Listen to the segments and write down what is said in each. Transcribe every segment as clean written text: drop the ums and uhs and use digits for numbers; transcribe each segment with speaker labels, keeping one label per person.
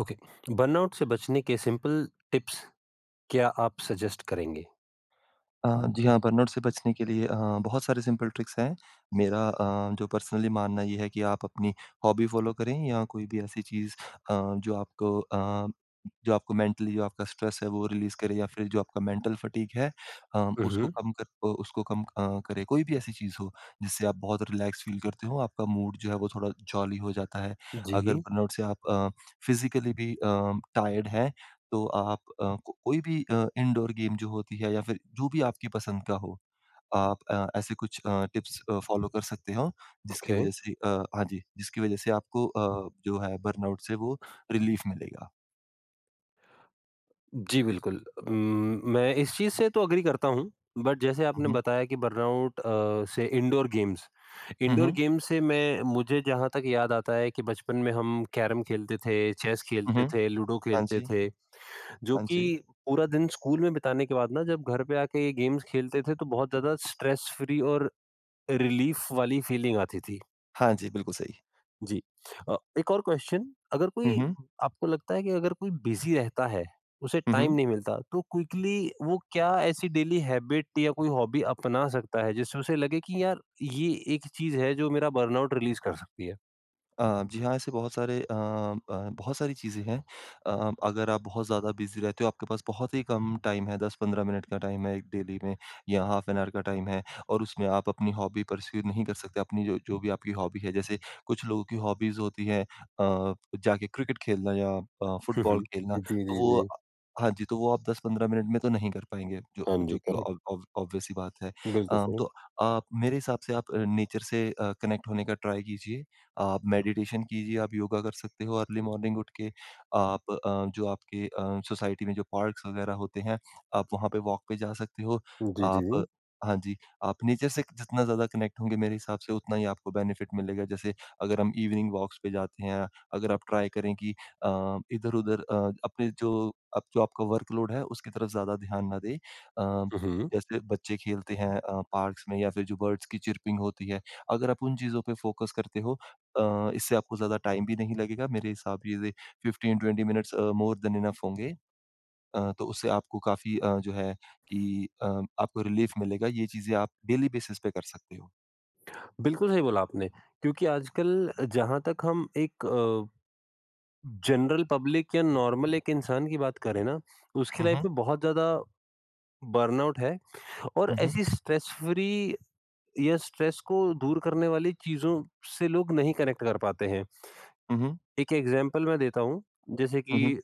Speaker 1: Okay. Burnout से बचने के सिंपल टिप्स क्या आप सजेस्ट करेंगे?
Speaker 2: अ, जी हाँ, बर्नआउट से बचने के लिए बहुत सारे सिंपल ट्रिक्स हैं। मेरा जो पर्सनली मानना ये है कि आप अपनी हॉबी फ़ॉलो करें या कोई भी ऐसी चीज़ अ, जो आपको अ, जो आपको मेंटली जो आपका स्ट्रेस है वो रिलीज़ करे या फिर जो आपका मेंटल फटीग है,
Speaker 1: उहुँ,
Speaker 2: उसको कम करे। कोई भी ऐसी चीज़ हो जिससे आप बहुत रिलैक्स फ़ील करते हो, आपका मूड जो है वो थोड़ा जॉली हो जाता है। अगर
Speaker 1: जी,
Speaker 2: बर्नआउट से आप फिज़िकली भी टायर्ड हैं, तो आप को कोई भी इंडोर गेम जो होती है या फिर जो भी आपकी पसंद का हो, आप ऐसे कुछ टिप्स फ़ॉलो कर सकते हो जिसकी
Speaker 1: ओके।
Speaker 2: वज़ह से हाँ जी, जिसकी वज़ह से आपको जो है बर्नआउट से वो रिलीफ़ मिलेगा।
Speaker 1: जी, बिल्कुल। मैं इस चीज़ से तो एग्री करता हूँ, बट जैसे
Speaker 2: हुँ,
Speaker 1: आपने
Speaker 2: हुँ।
Speaker 1: बताया कि बर्नआउट से
Speaker 2: हुँ,
Speaker 1: इंडोर
Speaker 2: हुँ।
Speaker 1: गेम्स से मैं मुझे जहाँ तक याद आता है कि बचपन में हम कैरम खेलते थे, चेस
Speaker 2: हुँ,
Speaker 1: खेलते
Speaker 2: हुँ।
Speaker 1: थे, लूडो
Speaker 2: हाँ
Speaker 1: खेलते
Speaker 2: जी।
Speaker 1: थे, जो
Speaker 2: हाँ
Speaker 1: कि
Speaker 2: जी।
Speaker 1: पूरा दिन स्कूल में बिताने के बाद ना जब घर पे आके ये गेम्स खेलते थे, तो बहुत ज़्यादा स्ट्रेस फ्री और रिलीफ वाली फीलिंग आती थी।
Speaker 2: हाँ जी, बिल्कुल सही।
Speaker 1: जी। एक और क्वेश्चन। अगर
Speaker 2: हुँ,
Speaker 1: कोई
Speaker 2: हुँ।
Speaker 1: आपको लगता है कि अगर कोई बिज़ी रहता है, उसे
Speaker 2: हुँ,
Speaker 1: टाइम
Speaker 2: हुँ।
Speaker 1: नहीं मिलता, तो क्विकली वो क्या ऐसी डेली हैबिट या कोई हॉबी अपना सकता है, जिससे उसे लगे कि यार ये एक चीज़ है जो मेरा बर्नआउट रिलीज़ कर सकती है?
Speaker 2: जी हाँ, ऐसे बहुत सारी चीज़ें हैं। अगर आप बहुत ज़्यादा बिज़ी रहते हो, आपके पास बहुत ही कम टाइम है, 10-15 मिनट का टाइम है एक डेली में या हाफ एन आवर का टाइम है और उसमें आप अपनी हॉबी परस्यू नहीं कर सकते, अपनी जो जो भी आपकी हॉबी है। जैसे कुछ लोगों की हॉबीज़ होती हैं, अ, जाके क्रिकेट खेलना या
Speaker 1: हुँ, हुँ।
Speaker 2: फुटबॉल खेलना,
Speaker 1: जी,
Speaker 2: तो
Speaker 1: जी,
Speaker 2: वो
Speaker 1: जी।
Speaker 2: अ, हाँ जी, तो वो आप 10-15 मिनट में तो नहीं कर पाएँगे, जो
Speaker 1: हाँ जी,
Speaker 2: जो कि
Speaker 1: करेक्ट।
Speaker 2: ऑब ऑब ऑब्वियस सी बात है।
Speaker 1: बिल्कुल सही।
Speaker 2: तो आप मेरे हिसाब से आप नेचर से कनेक्ट होने का ट्राई कीजिए, आप मेडिटेशन कीजिए, आप योगा कर सकते हो, अर्ली मॉर्निंग उठ के आप जो आपके सोसाइटी में जो पार्क्स वगैरह होते हैं, आप वहाँ पे वॉक पे जा सकते हो।
Speaker 1: जी, जी, जी।
Speaker 2: आप हाँ जी, आप नेचर से जितना ज़्यादा कनेक्ट होंगे मेरे हिसाब से उतना ही आपको बेनिफिट मिलेगा। जैसे अगर हम इवनिंग वॉक्स पे जाते हैं, अगर आप ट्राई करें कि इधर-उधर अपने जो आपका वर्कलोड है उसकी तरफ ज़्यादा ध्यान ना दें।
Speaker 1: हुँ, हुँ।
Speaker 2: जैसे बच्चे खेलते हैं पार्क्स में या फिर जो बर्ड्स की चिर्पिंग होती है, अगर आप उन चीज़ों पे फ़ोकस करते हो, इससे आपको ज़्यादा टाइम भी नहीं लगेगा, मेरे हिसाब ये 15-20 मिनट्स मोर देन इनफ होंगे। तो उससे आपको काफ़ी जो है कि आपको रिलीफ मिलेगा। ये चीज़ें आप डेली बेसिस पे कर सकते हो।
Speaker 1: बिल्कुल सही बोला आपने क्योंकि आजकल जहाँ तक हम एक जनरल पब्लिक या नॉर्मल एक इंसान की बात करें ना, उसकी
Speaker 2: हुँ,
Speaker 1: लाइफ़
Speaker 2: हुँ।
Speaker 1: में बहुत ज़्यादा बर्नआउट है और
Speaker 2: हुँ, हुँ।
Speaker 1: ऐसी स्ट्रेस फ्री या स्ट्रेस को दूर करने वाली चीज़ों से लोग नहीं कनेक्ट कर पाते हैं।
Speaker 2: हुँ, हुँ।
Speaker 1: एक एग्ज़ाम्पल मैं देता हूँ, जैसे कि
Speaker 2: हुँ, हुँ।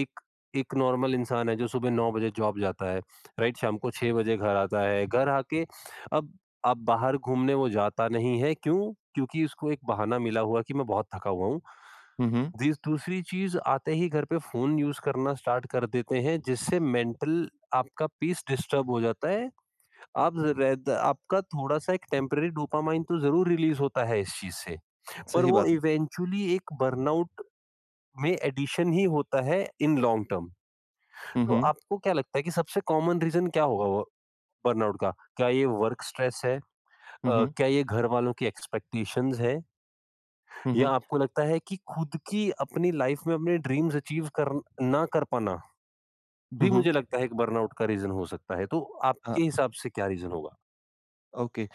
Speaker 1: एक एक नॉर्मल इंसान है जो सुबह 9 बजे जॉब जाता है, राइट? शाम को 6 बजे घर आता है। घर आके अब अब बाहर घूमने वो जाता नहीं है, क्यों? क्योंकि उसको एक बहाना मिला हुआ कि मैं बहुत थका हुआ हूँ।
Speaker 2: हुँ, हुँ।
Speaker 1: दिस दूसरी चीज़ आते ही घर पे फ़ोन यूज़ करना स्टार्ट कर देते हैं जिससे मेंटल आपका पीस डिस्टर्ब हो जाता है। आप रेद आपका थोड़ा-सा एक टेम्परेरी डोपामाइन तो ज़रूर रिलीज़ होता है इस चीज़ से, पर
Speaker 2: सही
Speaker 1: वो
Speaker 2: बात है।
Speaker 1: इवेंचुअली एक बर्नआउट में एडिशन ही होता है इन लॉन्ग टर्म।
Speaker 2: हुँ,
Speaker 1: तो
Speaker 2: हुँ।
Speaker 1: आपको क्या लगता है कि सबसे कॉमन रीज़न क्या होगा वो बर्नआउट का? क्या ये वर्क स्ट्रेस है?
Speaker 2: हुँ, हुँ।
Speaker 1: क्या ये घरवालों की एक्सपेक्टेशंस है?
Speaker 2: हुँ,
Speaker 1: या
Speaker 2: हुँ।
Speaker 1: आपको लगता है कि खुद की अपनी लाइफ़ में अपने ड्रीम्स अचीव कर ना कर पाना
Speaker 2: हुँ,
Speaker 1: भी
Speaker 2: हुँ।
Speaker 1: मुझे लगता है एक बर्नआउट का रीज़न हो सकता है। तो आपके
Speaker 2: हाँ।
Speaker 1: हिसाब से क्या रीज़न होगा?
Speaker 2: ओके।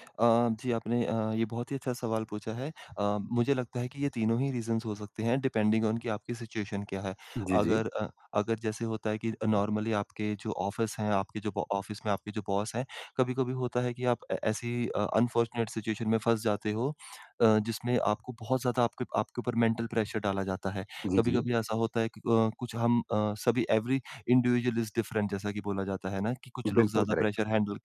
Speaker 2: जी, आपने ये बहुत ही अच्छा सवाल पूछा है। मुझे लगता है कि ये तीनों ही रीज़न्स हो सकते हैं, डिपेंडिंग ऑन कि आपकी सिचुएशन क्या है।
Speaker 1: जी, जी।
Speaker 2: अगर अ, अगर जैसे होता है कि नॉर्मली आपके जो ऑफ़िस हैं, आपके जो बॉ ऑफ़िस में आपके जो बॉस हैं, कभी-कभी होता है कि आप ए ऐसी अनफॉर्चुनेट सिचुएशन में फँस जाते हो जिसमें आपको बहुत ज़्यादा आपके आपके ऊपर मेंटल प्रेशर डाला जाता है।
Speaker 1: जी, जी।
Speaker 2: कभी-कभी ऐसा होता है कि कुछ हम सभी एवरी इंडिविजुअल इज़ डिफरेंट, जैसा कि बोला जाता है ना कि कुछ लोग
Speaker 1: बिल्कुल करेक्ट।
Speaker 2: प्रेशर हैंडल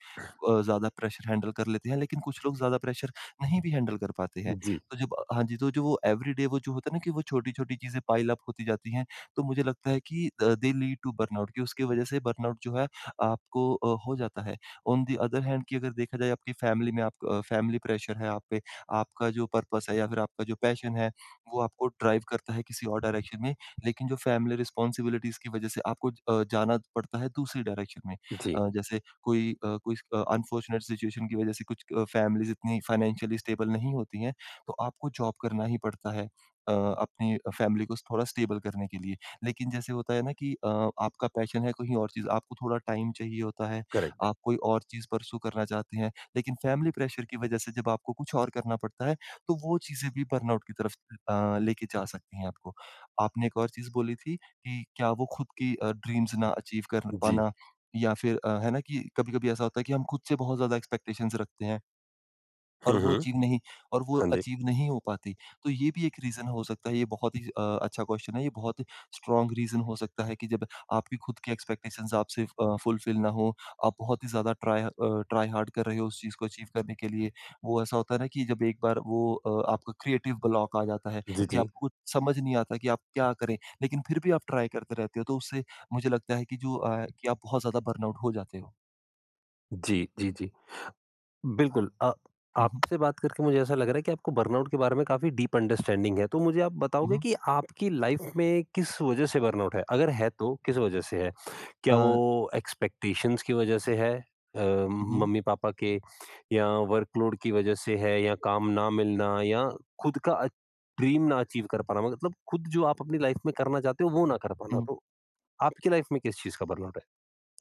Speaker 2: अ, ज़्यादा प्रेशर हैंडल कर लेते हैं, लेकिन कुछ लोग ज़्यादा प्रेशर नहीं भी हैंडल कर पाते हैं।
Speaker 1: जी।
Speaker 2: तो जब हाँ जी, तो जो वो एवरीडे वो जो होता है ना कि वो छोटी-छोटी चीज़ें पाइल अप होती जाती हैं, तो मुझे लगता है कि दे लीड टू बर्नआउट कि उसकी वज़ह से बर्नआउट जो है आपको हो जाता है। ऑन दी अदर हैंड कि अगर देखा जाए आपकी फैमिली में आप फैमिली प्रेशर है आप पे, आपका जो पर्पस है या फिर आपका जो पैशन है, वो आपको ड्राइव करता है किसी और डायरेक्शन में, लेकिन जो फैमिली रिस्पॉन्सिबिलिटीज़ की वज़ह से आपको जाना पड़ता है दूसरी डायरेक्शन में।
Speaker 1: जी,
Speaker 2: जैसे कोई अनफॉर्चुनेट सिचुएशन की वजह से कुछ फैमिलीज़ इतनी फाइनेंशियली स्टेबल नहीं होती हैं, तो आपको जॉब करना ही पड़ता है अपनी फैमिली को थोड़ा स्टेबल करने के लिए। लेकिन जैसे होता है ना कि आपका पैशन है कहीं और चीज़, आपको थोड़ा टाइम चाहिए होता है,
Speaker 1: करेक्ट।
Speaker 2: आप कोई और चीज़ परस्यू करना चाहते हैं, लेकिन फैमिली प्रेशर की वजह से जब आपको कुछ और करना पड़ता है, तो वो चीज़ें भी बर्नआउट की तरफ लेके जा सकती हैं आपको। आपने एक और चीज़ बोली थी कि क्या वो खुद की ड्रीम्स ना अचीव कर
Speaker 1: जी।
Speaker 2: पाना, या फिर है ना कि कभी-कभी ऐसा होता है कि हम खुद से बहुत ज़्यादा एक्सपेक्टेशंस रखते हैं। और
Speaker 1: हुँ,
Speaker 2: वो
Speaker 1: हुँ।
Speaker 2: अचीव नहीं और वो
Speaker 1: हाँ जी।
Speaker 2: अचीव नहीं हो पाती। तो ये भी एक रीज़न हो सकता है, ये बहुत ही अच्छा क्वेश्चन है, ये बहुत स्ट्रॉन्ग रीज़न हो सकता है कि जब आपकी खुद की एक्सपेक्टेशंस आपसे फुलफिल ना हो, आप बहुत ही ज़्यादा ट्राई हार्ड कर रहे हो उस चीज़ को अचीव करने के लिए। वो ऐसा होता है ना कि जब एक बार वो आपका क्रिएटिव ब्लॉक आ जाता है
Speaker 1: जी,
Speaker 2: कि
Speaker 1: जी।
Speaker 2: आपको कुछ समझ नहीं आता कि आप क्या करें, लेकिन फिर भी आप ट्राई करते रहते हो, तो उससे मुझे लगता है कि आप बहुत ज़्यादा बर्नआउट हो जाते हो।
Speaker 1: जी, जी, जी। बिल्कुल।
Speaker 2: हुँ, हुँ।
Speaker 1: आपसे बात करके मुझे ऐसा लग रहा है कि आपको बर्नआउट के बारे में काफ़ी डीप अंडरस्टैंडिंग है। तो मुझे आप
Speaker 2: हुँ,
Speaker 1: बताओगे
Speaker 2: हुँ।
Speaker 1: कि आपकी लाइफ़ में किस वज़ह से बर्नआउट है? अगर है तो किस वज़ह से है? क्या
Speaker 2: अ,
Speaker 1: वो एक्सपेक्टेशंस की वज़ह से है अ,
Speaker 2: हुँ,
Speaker 1: मम्मी-पापा के, या वर्कलोड की वज़ह से है या काम ना मिलना या खुद का ड्रीम ना अचीव कर पाना, मतलब खुद जो आप अपनी लाइफ़ में करना चाहते हो वो ना कर पाना?
Speaker 2: हुँ।
Speaker 1: तो आपकी लाइफ़ में किस चीज़ का बर्नआउट है?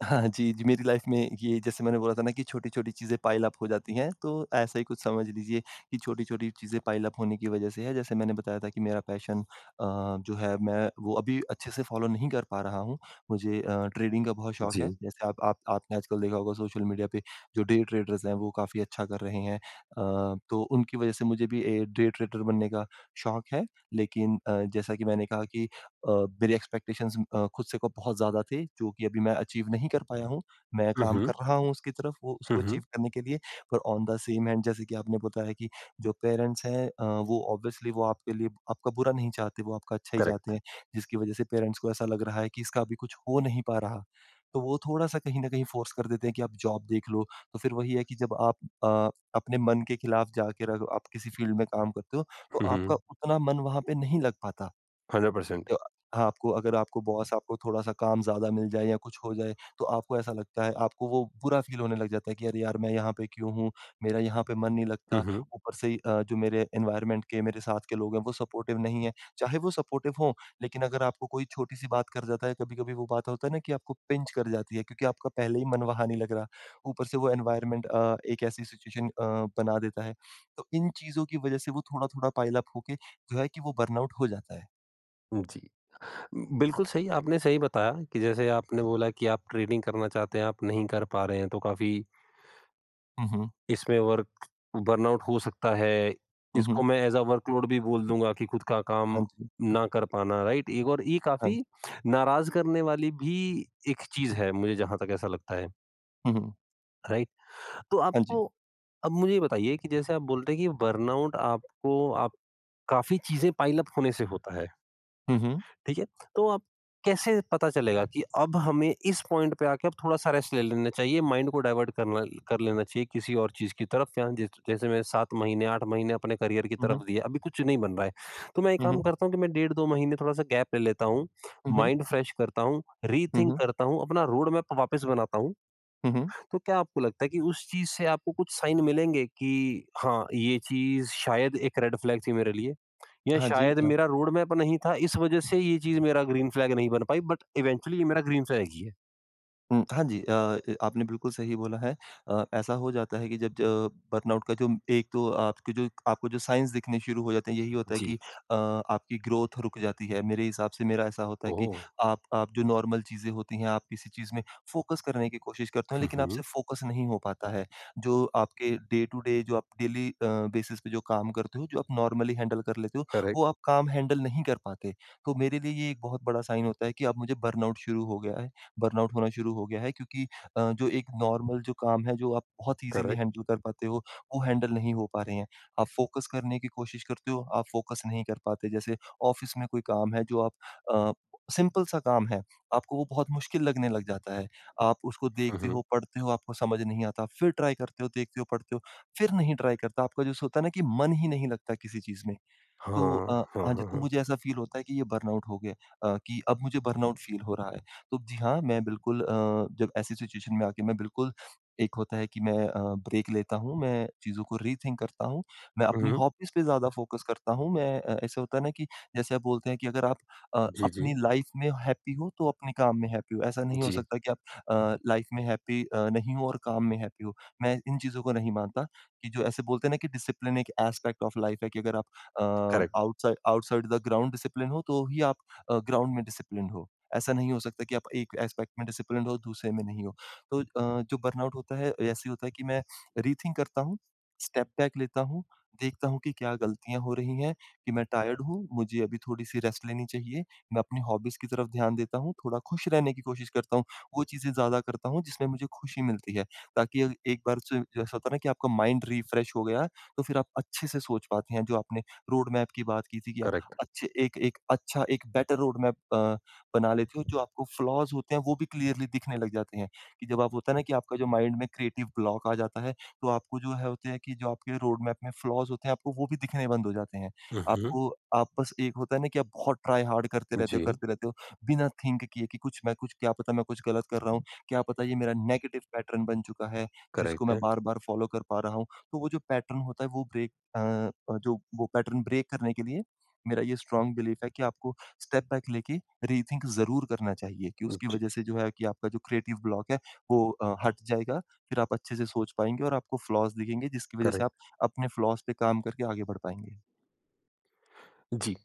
Speaker 2: हाँ जी, जी, मेरी लाइफ में ये जैसे मैंने बोला था ना कि छोटी-छोटी चीज़ें पाइल अप हो जाती हैं, तो ऐसा ही कुछ समझ लीजिए कि छोटी-छोटी चीज़ें पाइल अप होने की वज़ह से है। जैसे मैंने बताया था कि मेरा पैशन जो है मैं वो अभी अच्छे से फ़ॉलो नहीं कर पा रहा हूँ। मुझे ट्रेडिंग का बहुत शौक
Speaker 1: जी।
Speaker 2: है। जैसे आप आपने आजकल देखा होगा सोशल मीडिया पे जो डे ट्रेडर्स हैं वो काफ़ी अच्छा कर रहे हैं। तो उनकी वज़ह से मुझे भी ए डे ट्रेडर बनने का शौक है। लेकिन जैसा कि मैंने कहा कि अ, मेरी एक्सपेक्टेशंस खुद से को बहुत ज़्यादा थे, जो कि अभी मैं अचीव नहीं कर पाया हूँ। मैं
Speaker 1: हुँ,
Speaker 2: काम
Speaker 1: हुँ।
Speaker 2: कर रहा हूँ उसकी तरफ, वो
Speaker 1: हुँ,
Speaker 2: उसको
Speaker 1: हुँ।
Speaker 2: अचीव करने के लिए, पर ऑन द सेम हैंड, जैसे कि आपने बताया कि जो पेरेंट्स हैं वो ऑब्वियसली वो आपके लिए आपका बुरा नहीं चाहते, वो आपका अच्छा ही चाहते
Speaker 1: करेक्ट।
Speaker 2: हैं, जिसकी वज़ह से पेरेंट्स को ऐसा लग रहा है कि इसका अभी कुछ हो नहीं पा रहा। तो वो थोड़ा-सा कहीं न कहीं फ़ोर्स कर देते हैं कि आप जॉब देख लो, तो फिर वही है कि जब आप अ, अपने मन के खिलाफ जाके रग आप किसी फ़ील्ड में काम करते हो, तो
Speaker 1: हुँ, हुँ।
Speaker 2: आपका उतना मन वहाँ पे नहीं लग पाता।
Speaker 1: 100%।
Speaker 2: तो हाँ, आपको अगर आपको बॉस आपको थोड़ा-सा काम ज़्यादा मिल जाए या कुछ हो जाए, तो आपको ऐसा लगता है, आपको वो बुरा फ़ील होने लग जाता है कि अरे यार! मैं यहाँ पे क्यों हूँ? मेरा यहाँ पे मन नहीं
Speaker 1: हुँ,
Speaker 2: लगता।
Speaker 1: हुँ।
Speaker 2: ऊपर से ही जो मेरे एनवायरनमेंट के मेरे साथ के लोग हैं, वो सपोर्टिव नहीं है। चाहे वो सपोर्टिव हों, लेकिन अगर आपको कोई छोटी-सी बात कर जाता है, कभी-कभी वो बात होता है ना कि आपको पिंच कर जाती है, क्योंकि आपका पहले ही मन वहाँ नहीं लग रहा। ऊपर से वो एनवायरनमेंट एक ऐसी सिचुएशन बना देता है। तो इन चीज़ों की वजह से वो थोड़ा-थोड़ा पाइल अप होके जो है कि वो बर्नआउट हो जाता है।
Speaker 1: जी। बिल्कुल सही आपने सही बताया कि जैसे आपने बोला कि आप ट्रेडिंग करना चाहते हैं, आप नहीं कर पा रहे हैं, तो काफ़ी
Speaker 2: हुँ, हुँ।
Speaker 1: इसमें वर्क बर्नआउट हो सकता है।
Speaker 2: हुँ,
Speaker 1: इसको
Speaker 2: हुँ।
Speaker 1: मैं ऐज़ अ वर्कलोड भी बोल दूँगा कि खुद का काम
Speaker 2: हाँ जी,
Speaker 1: ना कर पाना, राइट? एक और ये
Speaker 2: हाँ
Speaker 1: काफ़ी
Speaker 2: जी।
Speaker 1: नाराज़ करने वाली भी एक चीज़ है, मुझे जहाँ तक ऐसा लगता है,
Speaker 2: हुँ, हुँ।
Speaker 1: राइट? तो
Speaker 2: हाँ जी।
Speaker 1: आपको अब मुझे ये बताइए कि जैसे आप बोल रहे हैं कि बर्नआउट आपको आप काफ़ी चीज़ें पाइल अप होने से होता है,
Speaker 2: हुँ, हुँ।
Speaker 1: ठीक है? तो आप कैसे पता चलेगा कि अब हमें इस पॉइंट पे आके अब थोड़ा-सा रेस्ट ले लेना चाहिए, माइंड को डाइवर्ट करना कर लेना चाहिए किसी और चीज़ की तरफ, या जैसे मैं 7 महीने, 8 महीने अपने करियर की
Speaker 2: हुँ, हुँ।
Speaker 1: तरफ दिए, अभी कुछ नहीं बन रहा है। तो मैं एक
Speaker 2: हुँ,
Speaker 1: काम
Speaker 2: हुँ।
Speaker 1: करता हूँ कि मैं डेढ़ 2 महीने थोड़ा-सा गैप ले लेता हूँ,
Speaker 2: हुँ, हुँ।
Speaker 1: माइंड फ्रेश करता हूँ,
Speaker 2: हुँ,
Speaker 1: रीथिंक
Speaker 2: हुँ।
Speaker 1: करता हूँ, अपना रोड मैप वापस बनाता हूँ।
Speaker 2: हुँ, हुँ।
Speaker 1: तो क्या आपको लगता है कि उस चीज़ से आपको कुछ साइन मिलेंगे कि हाँ, ये चीज़ शायद एक रेड फ्लैग थी मेरे लिए, या
Speaker 2: हाँ जी।
Speaker 1: शायद
Speaker 2: हाँ।
Speaker 1: मेरा रोड मैप नहीं था, इस वज़ह से ये चीज़ मेरा ग्रीन फ्लैग नहीं बन पाई बट इवेंचुअली ये मेरा ग्रीन फ्लैग ही है?
Speaker 2: हुँ, हाँ जी। ए आपने बिल्कुल सही बोला है। ऐसा हो जाता है कि जब ज बर्नआउट का जो एक तो आपके जो आपको जो साइंस दिखने शुरू हो जाते हैं, यही होता है
Speaker 1: जी।
Speaker 2: कि आपकी ग्रोथ रुक जाती है। मेरे हिसाब से मेरा ऐसा होता है कि
Speaker 1: ओह!
Speaker 2: आप जो नॉर्मल चीज़ें होती हैं, आप किसी चीज़ में फ़ोकस करने की कोशिश करते हो,
Speaker 1: हुँ,
Speaker 2: लेकिन आपसे
Speaker 1: हुँ।
Speaker 2: फ़ोकस नहीं हो पाता है। जो आपके डे टू डे, जो आप डेली बेसिस पे जो काम करते हो, जो आप नॉर्मली हैंडल कर लेते हो, वो
Speaker 1: करेक्ट,
Speaker 2: आप काम हैंडल नहीं कर पाते। तो मेरे लिए ये एक बहुत बड़ा साइन होता है कि अब मुझे बर्नआउट शुरू हो गया है। बर्नआउट होना शुरू हो गया है, क्योंकि जो एक नॉर्मल जो काम है जो आप बहुत ईजिली
Speaker 1: करेक्ट।
Speaker 2: हैंडल कर पाते हो वो हैंडल नहीं हो पा रहे हैं। आप फ़ोकस करने की कोशिश करते हो, आप फ़ोकस नहीं कर पाते। जैसे ऑफ़िस में कोई काम है जो आप अ, सिंपल सा काम है, आपको वो बहुत मुश्किल लगने लग जाता है। आप उसको
Speaker 1: हुँ,
Speaker 2: देखते
Speaker 1: हुँ।
Speaker 2: हो, पढ़ते हो, आपको समझ नहीं आता, फिर ट्राई करते हो, देखते हो, पढ़ते हो, फिर नहीं ट्राई करता। आपका जैसे होता है ना कि मन ही नहीं लगता किसी चीज़ में।
Speaker 1: हाँ,
Speaker 2: तो
Speaker 1: हाँ,
Speaker 2: हाँ जी,
Speaker 1: हाँ,
Speaker 2: तो
Speaker 1: हाँ।
Speaker 2: मुझे ऐसा फ़ील होता है कि ये बर्नआउट हो गया कि अब मुझे बर्नआउट फ़ील हो रहा है। तो जी हाँ, मैं बिल्कुल जब ऐसी सिचुएशन में आके मैं बिल्कुल एक होता है कि मैं ब्रेक लेता हूँ, मैं चीज़ों को रीथिंक करता हूँ, मैं
Speaker 1: हुँ,
Speaker 2: अपनी
Speaker 1: हुँ।
Speaker 2: हॉबीज़ पे ज़्यादा फ़ोकस करता हूँ। मैं ऐसा होता है ना कि जैसे आप बोलते हैं कि अगर आप
Speaker 1: जी, जी।
Speaker 2: अपनी लाइफ़ में हैप्पी हो, तो अपने काम में हैप्पी हो। ऐसा नहीं हो
Speaker 1: जी,
Speaker 2: सकता कि आप लाइफ़ में हैप्पी नहीं हो और काम में हैप्पी हो। मैं इन चीज़ों को नहीं मानता कि जो ऐसे बोलते हैं ना कि डिसिप्लिन एक एस्पेक्ट ऑफ लाइफ़ है कि अगर आप
Speaker 1: correct,
Speaker 2: outside outside the ground discipline हो तो ही आप ग्राउंड में डिसिप्लिन्ड हो। ऐसा नहीं हो सकता कि आप एक एस्पेक्ट में डिसिप्लिन्ड हो, दूसरे में नहीं हो। तो जो बर्नआउट होता है ऐसे ही होता है कि मैं रीथिंक करता हूँ, स्टेप बैक लेता हूँ, देखता हूँ कि क्या गलतियाँ हो रही हैं, कि मैं टायर्ड हूँ, मुझे अभी थोड़ी-सी रेस्ट लेनी चाहिए। मैं अपनी हॉबीज़ की तरफ ध्यान देता हूँ, थोड़ा खुश रहने की कोशिश करता हूँ, वो चीज़ें ज़्यादा करता हूँ जिसमें मुझे खुशी मिलती है। ताकि एक बार से जैसा होता है ना कि आपका माइंड रिफ्रेश हो गया, तो फिर आप अच्छे से सोच पाते हैं जो आपने रोड मैप की बात की थी कि आप
Speaker 1: करेक्ट।
Speaker 2: अच्छे एक एक अच्छा एक बेटर रोड मैप बना लेते हो, जो आपको फ्लॉज़ होते हैं वो भी क्लियरली दिखने लग जाते हैं, कि जब आप होता है ना कि आपका जो माइंड में क्रिएटिव ब्लॉक आ जाता है, तो आपको जो है होते हैं कि जो आपके रोड मैप में फ्लॉज़ होते हैं, आपको वो भी दिखने बंद हो जाते हैं।
Speaker 1: हुँ, हुँ।
Speaker 2: आपको आप बस एक होता है ना कि आप बहुत ट्राई हार्ड
Speaker 1: जी,
Speaker 2: करते रहते हो, बिना थिंक किए कि कुछ मैं कुछ क्या पता मैं कुछ गलत कर रहा हूँ, क्या पता ये मेरा नेगेटिव पैटर्न बन चुका है, जिसको
Speaker 1: करेक्ट
Speaker 2: मैं
Speaker 1: है।
Speaker 2: बार-बार फॉलो कर पा रहा हूँ। तो वो जो पैटर्न होता है वो ब्रेक जो वो पैटर्न ब्रेक करने के लिए मेरा ये स्ट्रॉन्ग बिलीफ है कि आपको स्टेप बैक लेके रीथिंक ज़रूर करना चाहिए कि उसकी
Speaker 1: जी,
Speaker 2: वज़ह से जो है कि आपका जो क्रिएटिव ब्लॉक है वो हट जाएगा। फिर आप अच्छे से सोच पाएँगे और आपको फ्लॉज़ दिखेंगे जिसकी वज़ह से आप
Speaker 1: करेक्ट।
Speaker 2: अपने फ्लॉज़ पे काम करके आगे बढ़ पाएँगे।
Speaker 1: जी।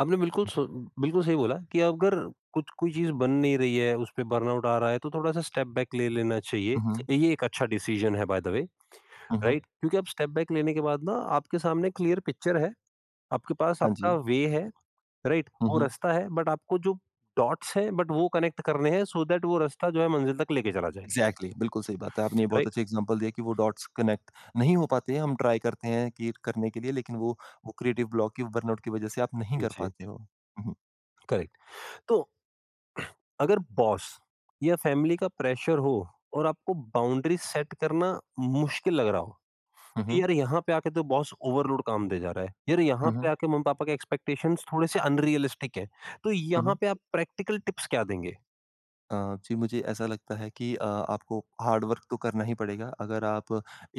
Speaker 1: आपने बिल्कुल सही बोला कि अगर कुछ कोई चीज़ बन नहीं रही है, उस पे बर्नआउट आ रहा है तो थोड़ा-सा स्टेप बैक ले लेना चाहिए।
Speaker 2: हुँ,
Speaker 1: ये एक अच्छा डिसीज़न है बाय द वे,
Speaker 2: हुँ, हुँ,
Speaker 1: राइट? क्योंकि आप स्टेप बैक लेने के बाद ना आपके सामने क्लियर पिक्चर है, आपके पास
Speaker 2: हाँ
Speaker 1: आपका
Speaker 2: जी।
Speaker 1: वे है, राइट?
Speaker 2: हुँ,
Speaker 1: वो
Speaker 2: हुँ,
Speaker 1: रास्ता है, बट आपको जो डॉट्स हैं बट वो कनेक्ट करने हैं सो दैट वो रास्ता जो है मंज़िल तक लेके चला जाए,
Speaker 2: एग्ज़ैक्टली बिल्कुल सही बात है। आपने ये बहुत
Speaker 1: राइट?
Speaker 2: अच्छी एग्ज़ाम्पल दिया कि वो डॉट्स कनेक्ट नहीं हो पाते हैं, हम ट्राई करते हैं कि करने के लिए लेकिन वो क्रिएटिव ब्लॉक की बर्नआउट की वज़ह से आप नहीं कर
Speaker 1: जी,
Speaker 2: पाते हो। हुँ,
Speaker 1: करेक्ट। तो अगर बॉस या फैमिली का प्रेशर हो और आपको बाउंड्री सेट करना मुश्किल लग रहा हो
Speaker 2: हुँ,
Speaker 1: कि
Speaker 2: हुँ,
Speaker 1: यार यहाँ पे आके तो बॉस ओवरलोड काम दे जा रहा है। यार यहाँ
Speaker 2: हुँ,
Speaker 1: पे
Speaker 2: हुँ।
Speaker 1: आके मम्मी-पापा के एक्सपेक्टेशंस थोड़े से अनरियलिस्टिक हैं। तो
Speaker 2: हुँ,
Speaker 1: यहाँ
Speaker 2: हुँ।
Speaker 1: पे आप प्रैक्टिकल टिप्स क्या देंगे?
Speaker 2: जी, मुझे ऐसा लगता है कि आपको हार्ड वर्क तो करना ही पड़ेगा। अगर आप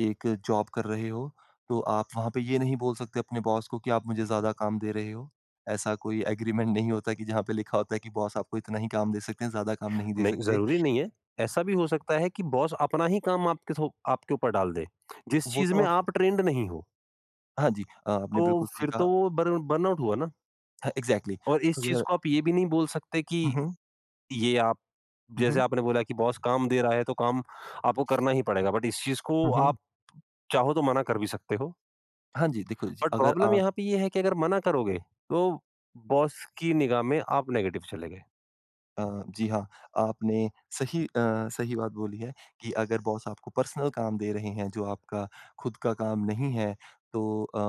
Speaker 2: एक जॉब कर रहे हो, तो आप वहाँ पे ये नहीं बोल सकते अपने बॉस को कि आप मुझे ज़्यादा काम दे रहे हो। ऐसा कोई एग्रीमेंट नहीं होता कि जहाँ पे लिखा होता है कि बॉस आपको इतना ही काम दे सकते हैं, ज़्यादा काम नहीं दे
Speaker 1: नहीं,
Speaker 2: सकते।
Speaker 1: ज़रूरी नहीं है। ऐसा भी हो सकता है कि बॉस अपना ही काम आपके ऊपर डाल दे, जिस
Speaker 2: वो
Speaker 1: चीज़
Speaker 2: तो
Speaker 1: में
Speaker 2: आप
Speaker 1: आप ट्रेंड नहीं हो।
Speaker 2: हाँ जी, आपने
Speaker 1: तो
Speaker 2: बिल्कुल सही
Speaker 1: फिर
Speaker 2: कहा।
Speaker 1: तो वो बर्नआउट हुआ ना।
Speaker 2: हाँ, एग्ज़ैक्टली।
Speaker 1: और इस चीज़
Speaker 2: अगर
Speaker 1: को आप ये भी नहीं बोल सकते कि
Speaker 2: हुँ, हुँ।
Speaker 1: ये आप
Speaker 2: हुँ,
Speaker 1: जैसे
Speaker 2: हुँ।
Speaker 1: आपने बोला कि बॉस काम दे रहा है तो काम आपको करना ही पड़ेगा। बट इस चीज़ को
Speaker 2: हुँ, हुँ।
Speaker 1: आप चाहो तो मना कर भी सकते हो।
Speaker 2: हाँ जी, देखो जी,
Speaker 1: बट
Speaker 2: अगर
Speaker 1: प्रॉब्लम
Speaker 2: आप
Speaker 1: यहाँ पे ये है कि अगर मना करोगे तो बॉस की निगाह में आप नेगेटिव चले गए।
Speaker 2: अ, जी हाँ, आपने सही अ, सही बात बोली है कि अगर बॉस आपको पर्सनल काम दे रहे हैं, जो आपका खुद का काम नहीं है, तो अ,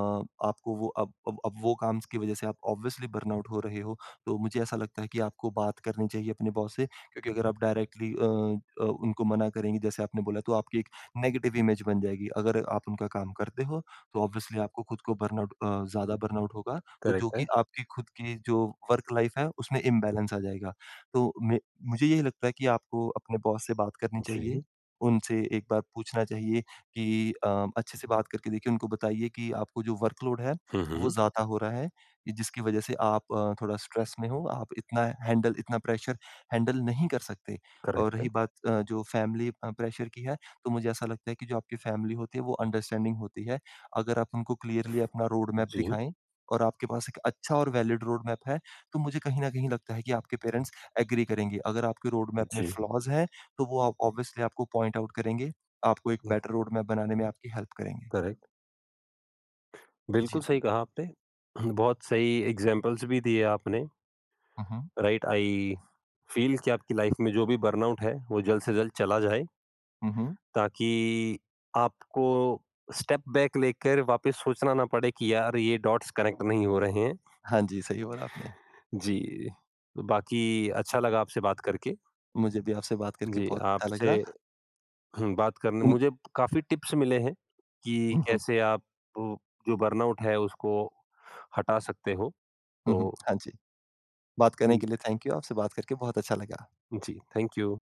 Speaker 2: आपको वो अब वो काम की वज़ह से आप ऑब्वियसली बर्नआउट हो रहे हो, तो मुझे ऐसा लगता है कि आपको बात करनी चाहिए अपने बॉस से क्योंकि अगर आप डायरेक्टली उनको मना करेंगे, जैसे आपने बोला, तो आपकी एक नेगेटिव इमेज बन जाएगी। अगर आप उनका काम करते हो, तो ऑब्वियसली आपको खुद को ज़्यादा बर्नआउट होगा, तो जो
Speaker 1: करेक्ट है।
Speaker 2: कि आपकी खुद की जो वर्क लाइफ़ है, उसमें इम्बैलेंस आ जाएगा। तो मैं मुझे यही लगता है कि आपको अपने बॉस से बात करनी चाहिए।
Speaker 1: जी।
Speaker 2: उनसे एक बार पूछना चाहिए कि अच्छे से बात करके देखिए, उनको बताइए कि आपको जो वर्कलोड है,
Speaker 1: हुँ,
Speaker 2: वो
Speaker 1: हुँ।
Speaker 2: ज़्यादा हो रहा है, ये जिसकी वज़ह से आप थोड़ा स्ट्रेस में हो, आप इतना प्रेशर हैंडल नहीं कर सकते। और
Speaker 1: करेक्ट है।
Speaker 2: रही बात जो फैमिली प्रेशर की है, तो मुझे ऐसा लगता है कि जो आपकी फैमिली होती है, वो अंडरस्टैंडिंग होती है। अगर आप उनको क्लियरली अपना रोड मैप
Speaker 1: जी,
Speaker 2: दिखाएँ और आपके पास एक अच्छा और वैलिड रोड मैप है, तो मुझे कहीं न कहीं लगता है कि आपके पेरेंट्स एग्री करेंगे। अगर आपके रोड मैप में
Speaker 1: जी।
Speaker 2: फ्लॉज़ हैं, तो वो आप ऑब्वियसली आपको पॉइंट आउट करेंगे, आपको एक
Speaker 1: हुँ,
Speaker 2: बेटर रोड मैप बनाने में आपकी हेल्प करेंगे।
Speaker 1: करेक्ट।
Speaker 2: जी।
Speaker 1: बिल्कुल सही कहा आपने। बहुत सही एग्ज़ाम्पल्स भी दिए आपने।
Speaker 2: हुँ, हुँ।
Speaker 1: राइट। आई फ़ील कि आपकी लाइफ़ में जो भी बर्नआउट है वो जल्द से जल्द चला जाए
Speaker 2: हुँ, हुँ।
Speaker 1: ताकि आपको स्टेप बैक लेकर वापस सोचना ना पड़े कि यार ये डॉट्स कनेक्ट नहीं हो रहे हैं।
Speaker 2: हाँ जी, सही बोला आपने।
Speaker 1: जी, तो बाकी अच्छा लगा आपसे बात करके।
Speaker 2: मुझे भी आपसे बात करके
Speaker 1: जी,
Speaker 2: बहुत अच्छा
Speaker 1: आपसे
Speaker 2: लगा।
Speaker 1: बात करने
Speaker 2: उम,
Speaker 1: मुझे काफ़ी टिप्स मिले हैं कि
Speaker 2: हुँ, हुँ।
Speaker 1: कैसे आप वो जो बर्नआउट है उसको हटा सकते हो।
Speaker 2: हुँ,
Speaker 1: तो
Speaker 2: हुँ। हाँ जी, बात करने
Speaker 1: हुँ,
Speaker 2: के लिए थैंक यू। आपसे बात करके बहुत अच्छा लगा।
Speaker 1: जी, थैंक यू।